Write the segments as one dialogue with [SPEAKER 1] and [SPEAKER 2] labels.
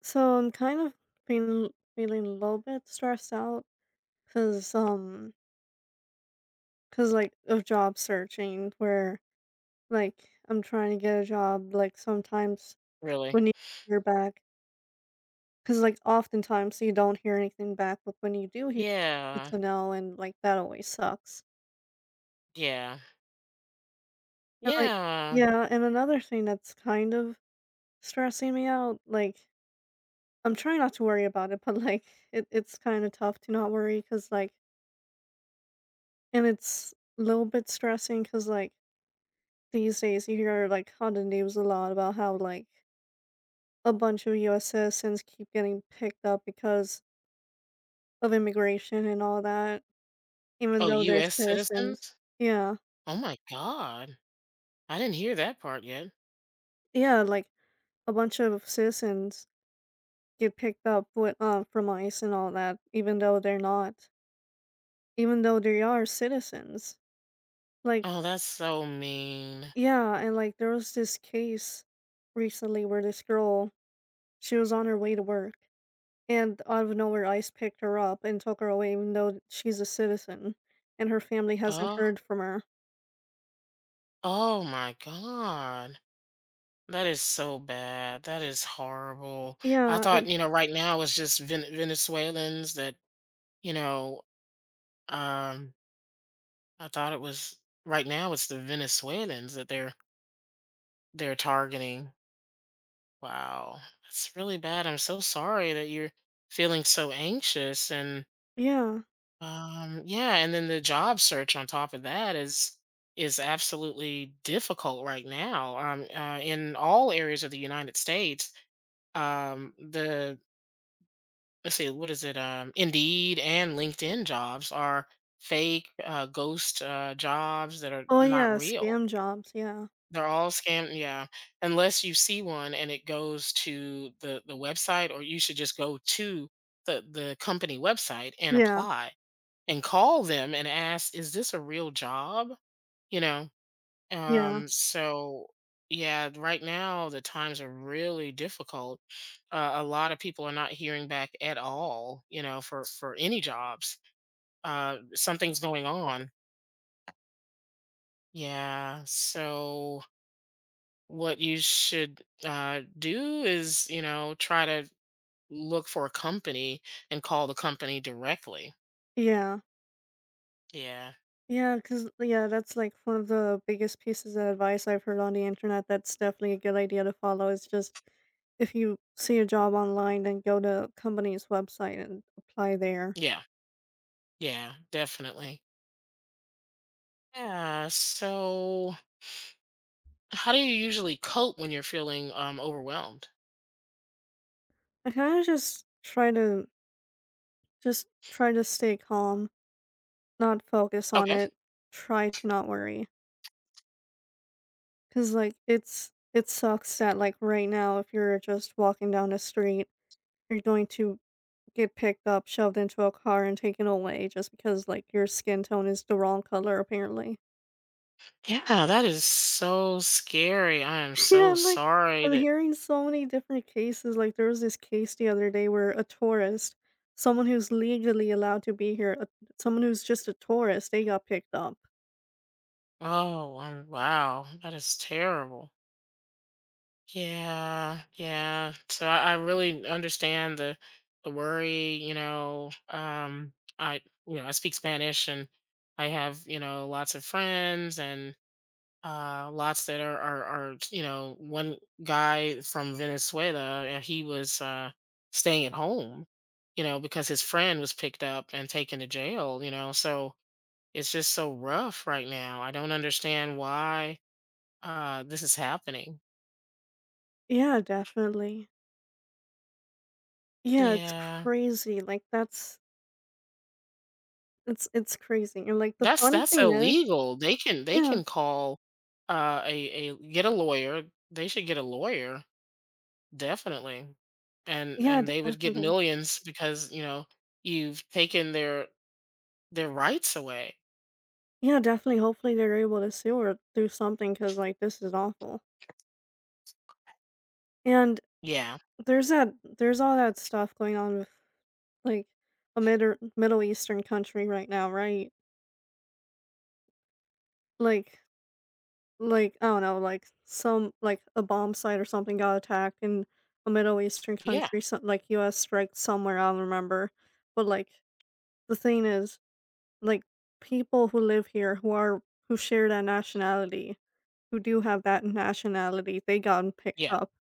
[SPEAKER 1] So I'm kind of feeling feeling a little bit stressed out because um because like of job searching where like I'm trying to get a job like sometimes
[SPEAKER 2] Really?
[SPEAKER 1] when you hear back because like oftentimes you don't hear anything back, but when you do hear
[SPEAKER 2] Yeah,
[SPEAKER 1] it's a no, and like that always sucks.
[SPEAKER 2] yeah,
[SPEAKER 1] And like
[SPEAKER 2] yeah.
[SPEAKER 1] yeah, and another thing that's kind of stressing me out, like I'm trying not to worry about it, but like it's kind of tough to not worry because like and it's a little bit stressing because, like, these days you hear, like, on the news a lot about how, like, a bunch of US citizens keep getting picked up because of immigration and all that, even
[SPEAKER 2] Oh,
[SPEAKER 1] though they're
[SPEAKER 2] US
[SPEAKER 1] citizens.
[SPEAKER 2] citizens?
[SPEAKER 1] Yeah.
[SPEAKER 2] Oh my god. I didn't hear that part yet.
[SPEAKER 1] Yeah, like, a bunch of citizens get picked up with, from ICE and all that, even though they're not even though they are citizens. Like
[SPEAKER 2] Oh, that's so mean.
[SPEAKER 1] yeah, and, like, there was this case recently where this girl, she was on her way to work, and out of nowhere, ICE picked her up and took her away, even though she's a citizen and her family hasn't
[SPEAKER 2] Oh,
[SPEAKER 1] heard from her.
[SPEAKER 2] oh my god. That is so bad. That is horrible. I
[SPEAKER 1] Yeah,
[SPEAKER 2] thought,
[SPEAKER 1] and
[SPEAKER 2] you know, right now it's just Venezuelans that, you know, um, I thought it was right now it's the Venezuelans that they're targeting. Wow, that's really bad. I'm so sorry that you're feeling so anxious and
[SPEAKER 1] yeah.
[SPEAKER 2] um Yeah, and then the job search on top of that is absolutely difficult right now. In all areas of the United States, the, let's see, what is it, Indeed and LinkedIn jobs are fake, ghost, jobs that are
[SPEAKER 1] Oh,
[SPEAKER 2] not
[SPEAKER 1] yeah,
[SPEAKER 2] real.
[SPEAKER 1] scam jobs, yeah.
[SPEAKER 2] They're all scam, yeah, unless you see one and it goes to the website, or you should just go to the company website and
[SPEAKER 1] Yeah,
[SPEAKER 2] apply and call them and ask, "Is this a real job?" You know?
[SPEAKER 1] yeah,
[SPEAKER 2] Um, so, yeah, right now, the times are really difficult. A lot of people are not hearing back at all, you know, for any jobs. Something's going on. Yeah, so what you should do is, you know, try to look for a company and call the company directly.
[SPEAKER 1] yeah.
[SPEAKER 2] Yeah.
[SPEAKER 1] Yeah. Because yeah, that's, like, one of the biggest pieces of advice I've heard on the internet, that's definitely a good idea to follow, is just if you see a job online, then go to company's website and apply there.
[SPEAKER 2] Yeah. Yeah. Definitely. Yeah. So, how do you usually cope when you're feeling overwhelmed?
[SPEAKER 1] I kinda just try to stay calm. Not focus on
[SPEAKER 2] Okay.
[SPEAKER 1] it. Try to not worry, cause like, it sucks that, like, right now, if you're just walking down the street, you're going to get picked up, shoved into a car, and taken away just because, like, your skin tone is the wrong color, apparently.
[SPEAKER 2] Yeah. That is so scary. I am so
[SPEAKER 1] Yeah, like,
[SPEAKER 2] sorry
[SPEAKER 1] I'm
[SPEAKER 2] that.
[SPEAKER 1] hearing so many different cases, like, there was this case the other day where a tourist, someone who's legally allowed to be here, someone who's just a tourist, they got picked up.
[SPEAKER 2] Oh, wow. That is terrible. Yeah, yeah. So I really understand the worry, you know. I you know, I speak Spanish and I have, you know, lots of friends and lots that are, you know, one guy from Venezuela and he was staying at home, you know, because his friend was picked up and taken to jail, you know. So it's just so rough right now. I don't understand why this is happening.
[SPEAKER 1] Yeah, definitely. Yeah, it's
[SPEAKER 2] Yeah.
[SPEAKER 1] crazy, like, that's it's crazy, and, like, the
[SPEAKER 2] That's
[SPEAKER 1] funny
[SPEAKER 2] that's
[SPEAKER 1] thing is
[SPEAKER 2] illegal. They can they
[SPEAKER 1] yeah.
[SPEAKER 2] can call, a get a lawyer. They should get a lawyer, definitely, and
[SPEAKER 1] Yeah,
[SPEAKER 2] they would get
[SPEAKER 1] definitely.
[SPEAKER 2] millions because, you know, you've taken their rights away.
[SPEAKER 1] Yeah, definitely, hopefully they're able to sue her something because like, this is awful, and
[SPEAKER 2] Yeah.
[SPEAKER 1] there's that there's all that stuff going on with, like, a Middle Eastern country right now, right? Like like, I don't know, like, some like, a bomb site or something got attacked in a Middle Eastern
[SPEAKER 2] Yeah.
[SPEAKER 1] country, some like, US strike somewhere, I don't remember, but, like, the thing is like, people who live here who share that nationality, who do have that nationality, they got picked
[SPEAKER 2] Yeah.
[SPEAKER 1] up.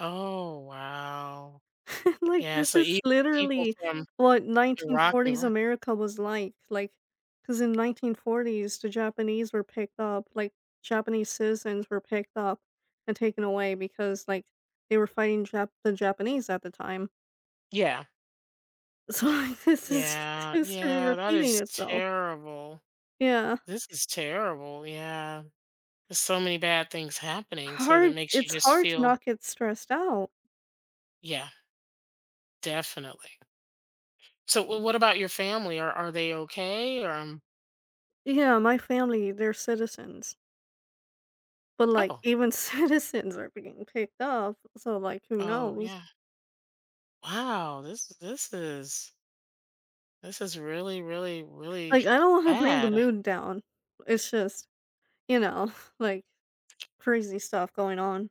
[SPEAKER 2] Oh, wow.
[SPEAKER 1] Like,
[SPEAKER 2] Yeah,
[SPEAKER 1] this
[SPEAKER 2] so
[SPEAKER 1] is
[SPEAKER 2] even the people
[SPEAKER 1] literally
[SPEAKER 2] from
[SPEAKER 1] what
[SPEAKER 2] Iraq and
[SPEAKER 1] 1940s
[SPEAKER 2] Iran.
[SPEAKER 1] America was like, because in 1940s, the Japanese were picked up, like, Japanese citizens were picked up and taken away because, like, they were fighting Jap the Japanese at the time.
[SPEAKER 2] Yeah.
[SPEAKER 1] So, like, this is
[SPEAKER 2] Yeah,
[SPEAKER 1] history
[SPEAKER 2] yeah, that
[SPEAKER 1] repeating
[SPEAKER 2] is
[SPEAKER 1] itself.
[SPEAKER 2] terrible.
[SPEAKER 1] Yeah.
[SPEAKER 2] This is terrible, yeah. There's so many bad things happening, so that
[SPEAKER 1] Hard
[SPEAKER 2] makes you
[SPEAKER 1] It's
[SPEAKER 2] just
[SPEAKER 1] hard to
[SPEAKER 2] feel.
[SPEAKER 1] not get stressed out.
[SPEAKER 2] Yeah. Definitely. So, w what about your family? Are they okay? Or,
[SPEAKER 1] Yeah, my family, they're citizens, but, like,
[SPEAKER 2] oh,
[SPEAKER 1] even citizens are being picked up. So, like, who
[SPEAKER 2] oh,
[SPEAKER 1] knows?
[SPEAKER 2] yeah. Wow, this this is really, really, really
[SPEAKER 1] Like, I don't wanna bring the
[SPEAKER 2] bad.
[SPEAKER 1] mood down. It's just, you know, like, crazy stuff going on.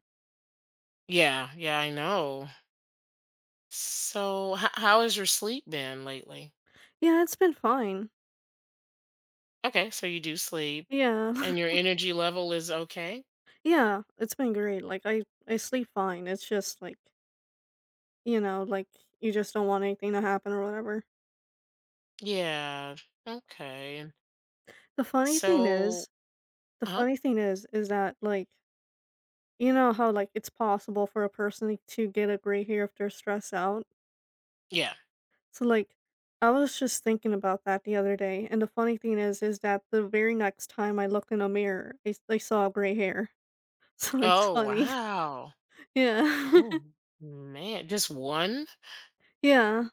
[SPEAKER 2] Yeah, yeah, I know. So, h how has your sleep been lately?
[SPEAKER 1] Yeah, it's been fine.
[SPEAKER 2] Okay, so you do sleep,
[SPEAKER 1] Yeah.
[SPEAKER 2] and your energy level is okay?
[SPEAKER 1] Yeah, it's been great, like, I sleep fine, it's just, like, you know, like, you just don't want anything to happen or whatever.
[SPEAKER 2] Yeah, okay, and
[SPEAKER 1] The funny thing
[SPEAKER 2] so,
[SPEAKER 1] is the
[SPEAKER 2] uh-huh,
[SPEAKER 1] funny thing is that, like, you know how, like, it's possible for a person to get a gray hair if they're stressed out?
[SPEAKER 2] yeah.
[SPEAKER 1] So like I was just thinking about that the other day, and the funny thing is that the very next time I looked in a mirror, I saw gray hair. So it's
[SPEAKER 2] Oh,
[SPEAKER 1] funny.
[SPEAKER 2] wow.
[SPEAKER 1] Yeah.
[SPEAKER 2] Oh, man, just one?
[SPEAKER 1] Yeah.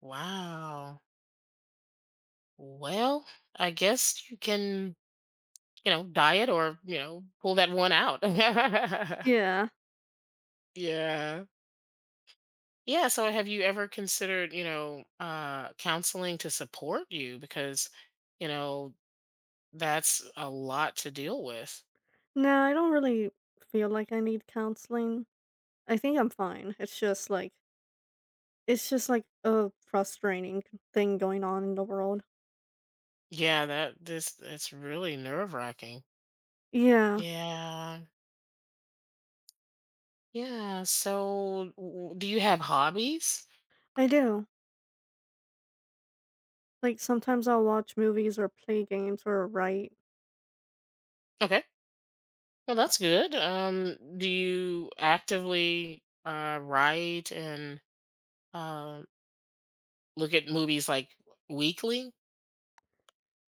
[SPEAKER 2] Wow. Well, I guess you can, you know, diet or, you know, pull that one out.
[SPEAKER 1] Yeah.
[SPEAKER 2] Yeah. Yeah, so have you ever considered, you know, counseling to support you because, you know, that's a lot to deal with.
[SPEAKER 1] No, I don't really feel like I need counseling. I think I'm fine. It's just like a frustrating thing going on in the world.
[SPEAKER 2] Yeah, that this it's really nerve-wracking.
[SPEAKER 1] Yeah,
[SPEAKER 2] Yeah. Yeah, so do you have hobbies?
[SPEAKER 1] I do. Like sometimes I'll watch movies or play games or write.
[SPEAKER 2] Okay. Well, that's good. Do you actively write and, Um, look at movies like weekly.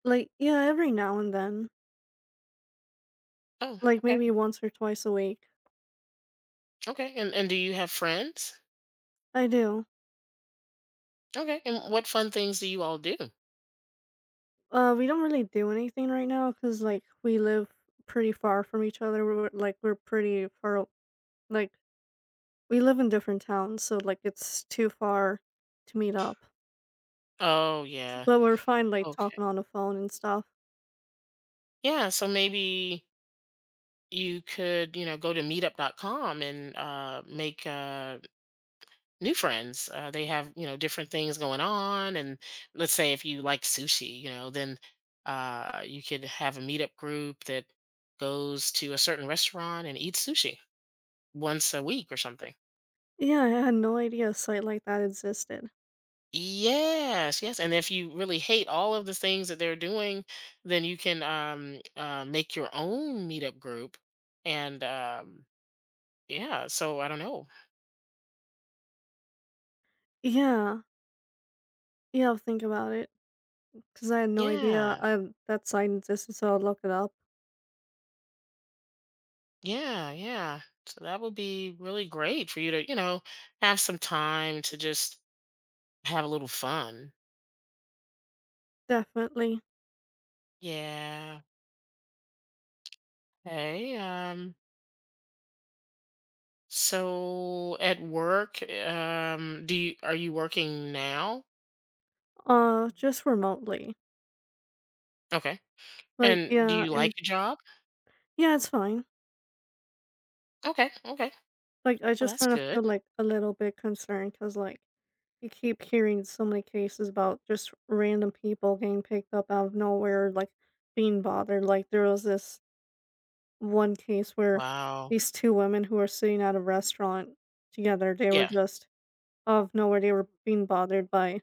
[SPEAKER 1] Like yeah, every now and then.
[SPEAKER 2] Oh,
[SPEAKER 1] Like maybe
[SPEAKER 2] okay,
[SPEAKER 1] once or twice a week.
[SPEAKER 2] okay. And do you have friends?
[SPEAKER 1] I do.
[SPEAKER 2] Okay. And what fun things do you all do?
[SPEAKER 1] We don't really do anything right now because like we live pretty far from each other. We're pretty far. Like we live in different towns, so like it's too far to meet up.
[SPEAKER 2] Oh yeah.
[SPEAKER 1] But we're fine, like
[SPEAKER 2] Okay.
[SPEAKER 1] talking on the phone and stuff.
[SPEAKER 2] Yeah. So maybe you could, you know, go to meetup.com and make new friends. They have, you know, different things going on. And let's say if you like sushi, you know, then you could have a meetup group that goes to a certain restaurant and eats sushi once a week or something.
[SPEAKER 1] Yeah, I had no idea a site like that existed.
[SPEAKER 2] Yes, yes. And if you really hate all of the things that they're doing, then you can make your own meetup group. And, yeah, so I don't know.
[SPEAKER 1] Yeah, yeah. Think about it, because I had no idea
[SPEAKER 2] Yeah.
[SPEAKER 1] that site existed. So I'll look it up.
[SPEAKER 2] Yeah, yeah. So that would be really great for you to, you know, have some time to just have a little fun.
[SPEAKER 1] Definitely.
[SPEAKER 2] Yeah. Hey, so at work, do you, are you working now?
[SPEAKER 1] Just remotely.
[SPEAKER 2] Okay.
[SPEAKER 1] Like
[SPEAKER 2] And do
[SPEAKER 1] yeah,
[SPEAKER 2] you like
[SPEAKER 1] and
[SPEAKER 2] your job?
[SPEAKER 1] yeah, it's fine.
[SPEAKER 2] Okay, okay.
[SPEAKER 1] Like, I
[SPEAKER 2] Well,
[SPEAKER 1] just
[SPEAKER 2] that's
[SPEAKER 1] kinda
[SPEAKER 2] good.
[SPEAKER 1] feel, like, a little bit concerned because like, you keep hearing so many cases about just random people getting picked up out of nowhere, like, being bothered, like, there was this one case where
[SPEAKER 2] Wow.
[SPEAKER 1] these 2 women who were sitting at a restaurant together, they were
[SPEAKER 2] Yeah.
[SPEAKER 1] just out of nowhere, they were being bothered by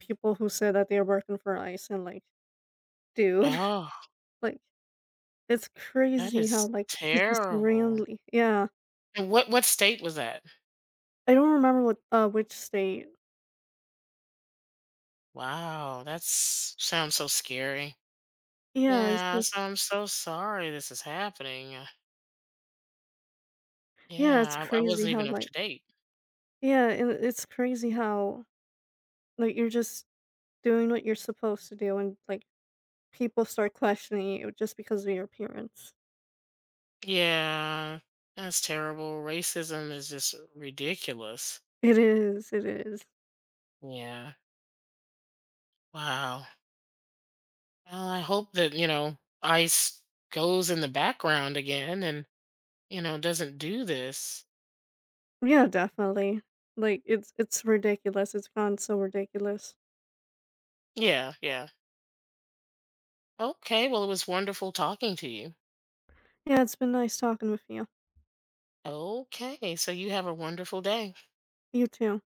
[SPEAKER 1] people who said that they were working for ICE and, like, dude,
[SPEAKER 2] Oh,
[SPEAKER 1] like, it's
[SPEAKER 2] that
[SPEAKER 1] crazy how,
[SPEAKER 2] is
[SPEAKER 1] like, it's just
[SPEAKER 2] terrible.
[SPEAKER 1] randomly yeah.
[SPEAKER 2] And what state was that?
[SPEAKER 1] I don't remember what which state.
[SPEAKER 2] Wow, that's sounds so scary.
[SPEAKER 1] Yeah, it's
[SPEAKER 2] Yeah,
[SPEAKER 1] just
[SPEAKER 2] so I'm so sorry this is happening.
[SPEAKER 1] yeah, it's
[SPEAKER 2] Yeah, I
[SPEAKER 1] crazy
[SPEAKER 2] wasn't
[SPEAKER 1] how,
[SPEAKER 2] even up to
[SPEAKER 1] like
[SPEAKER 2] date.
[SPEAKER 1] yeah, and it's crazy how, like, you're just doing what you're supposed to do, and, like, people start questioning you just because of your appearance.
[SPEAKER 2] Yeah, that's terrible. Racism is just ridiculous.
[SPEAKER 1] It is, it is.
[SPEAKER 2] Yeah. Wow. Well, I hope that, you know, ICE goes in the background again and, you know, doesn't do this.
[SPEAKER 1] Yeah, definitely. Like, it's ridiculous, it's gone so ridiculous.
[SPEAKER 2] Yeah, yeah. Okay, well, it was wonderful talking to you.
[SPEAKER 1] Yeah, it's been nice talking with you.
[SPEAKER 2] Okay, so you have a wonderful day.
[SPEAKER 1] You too.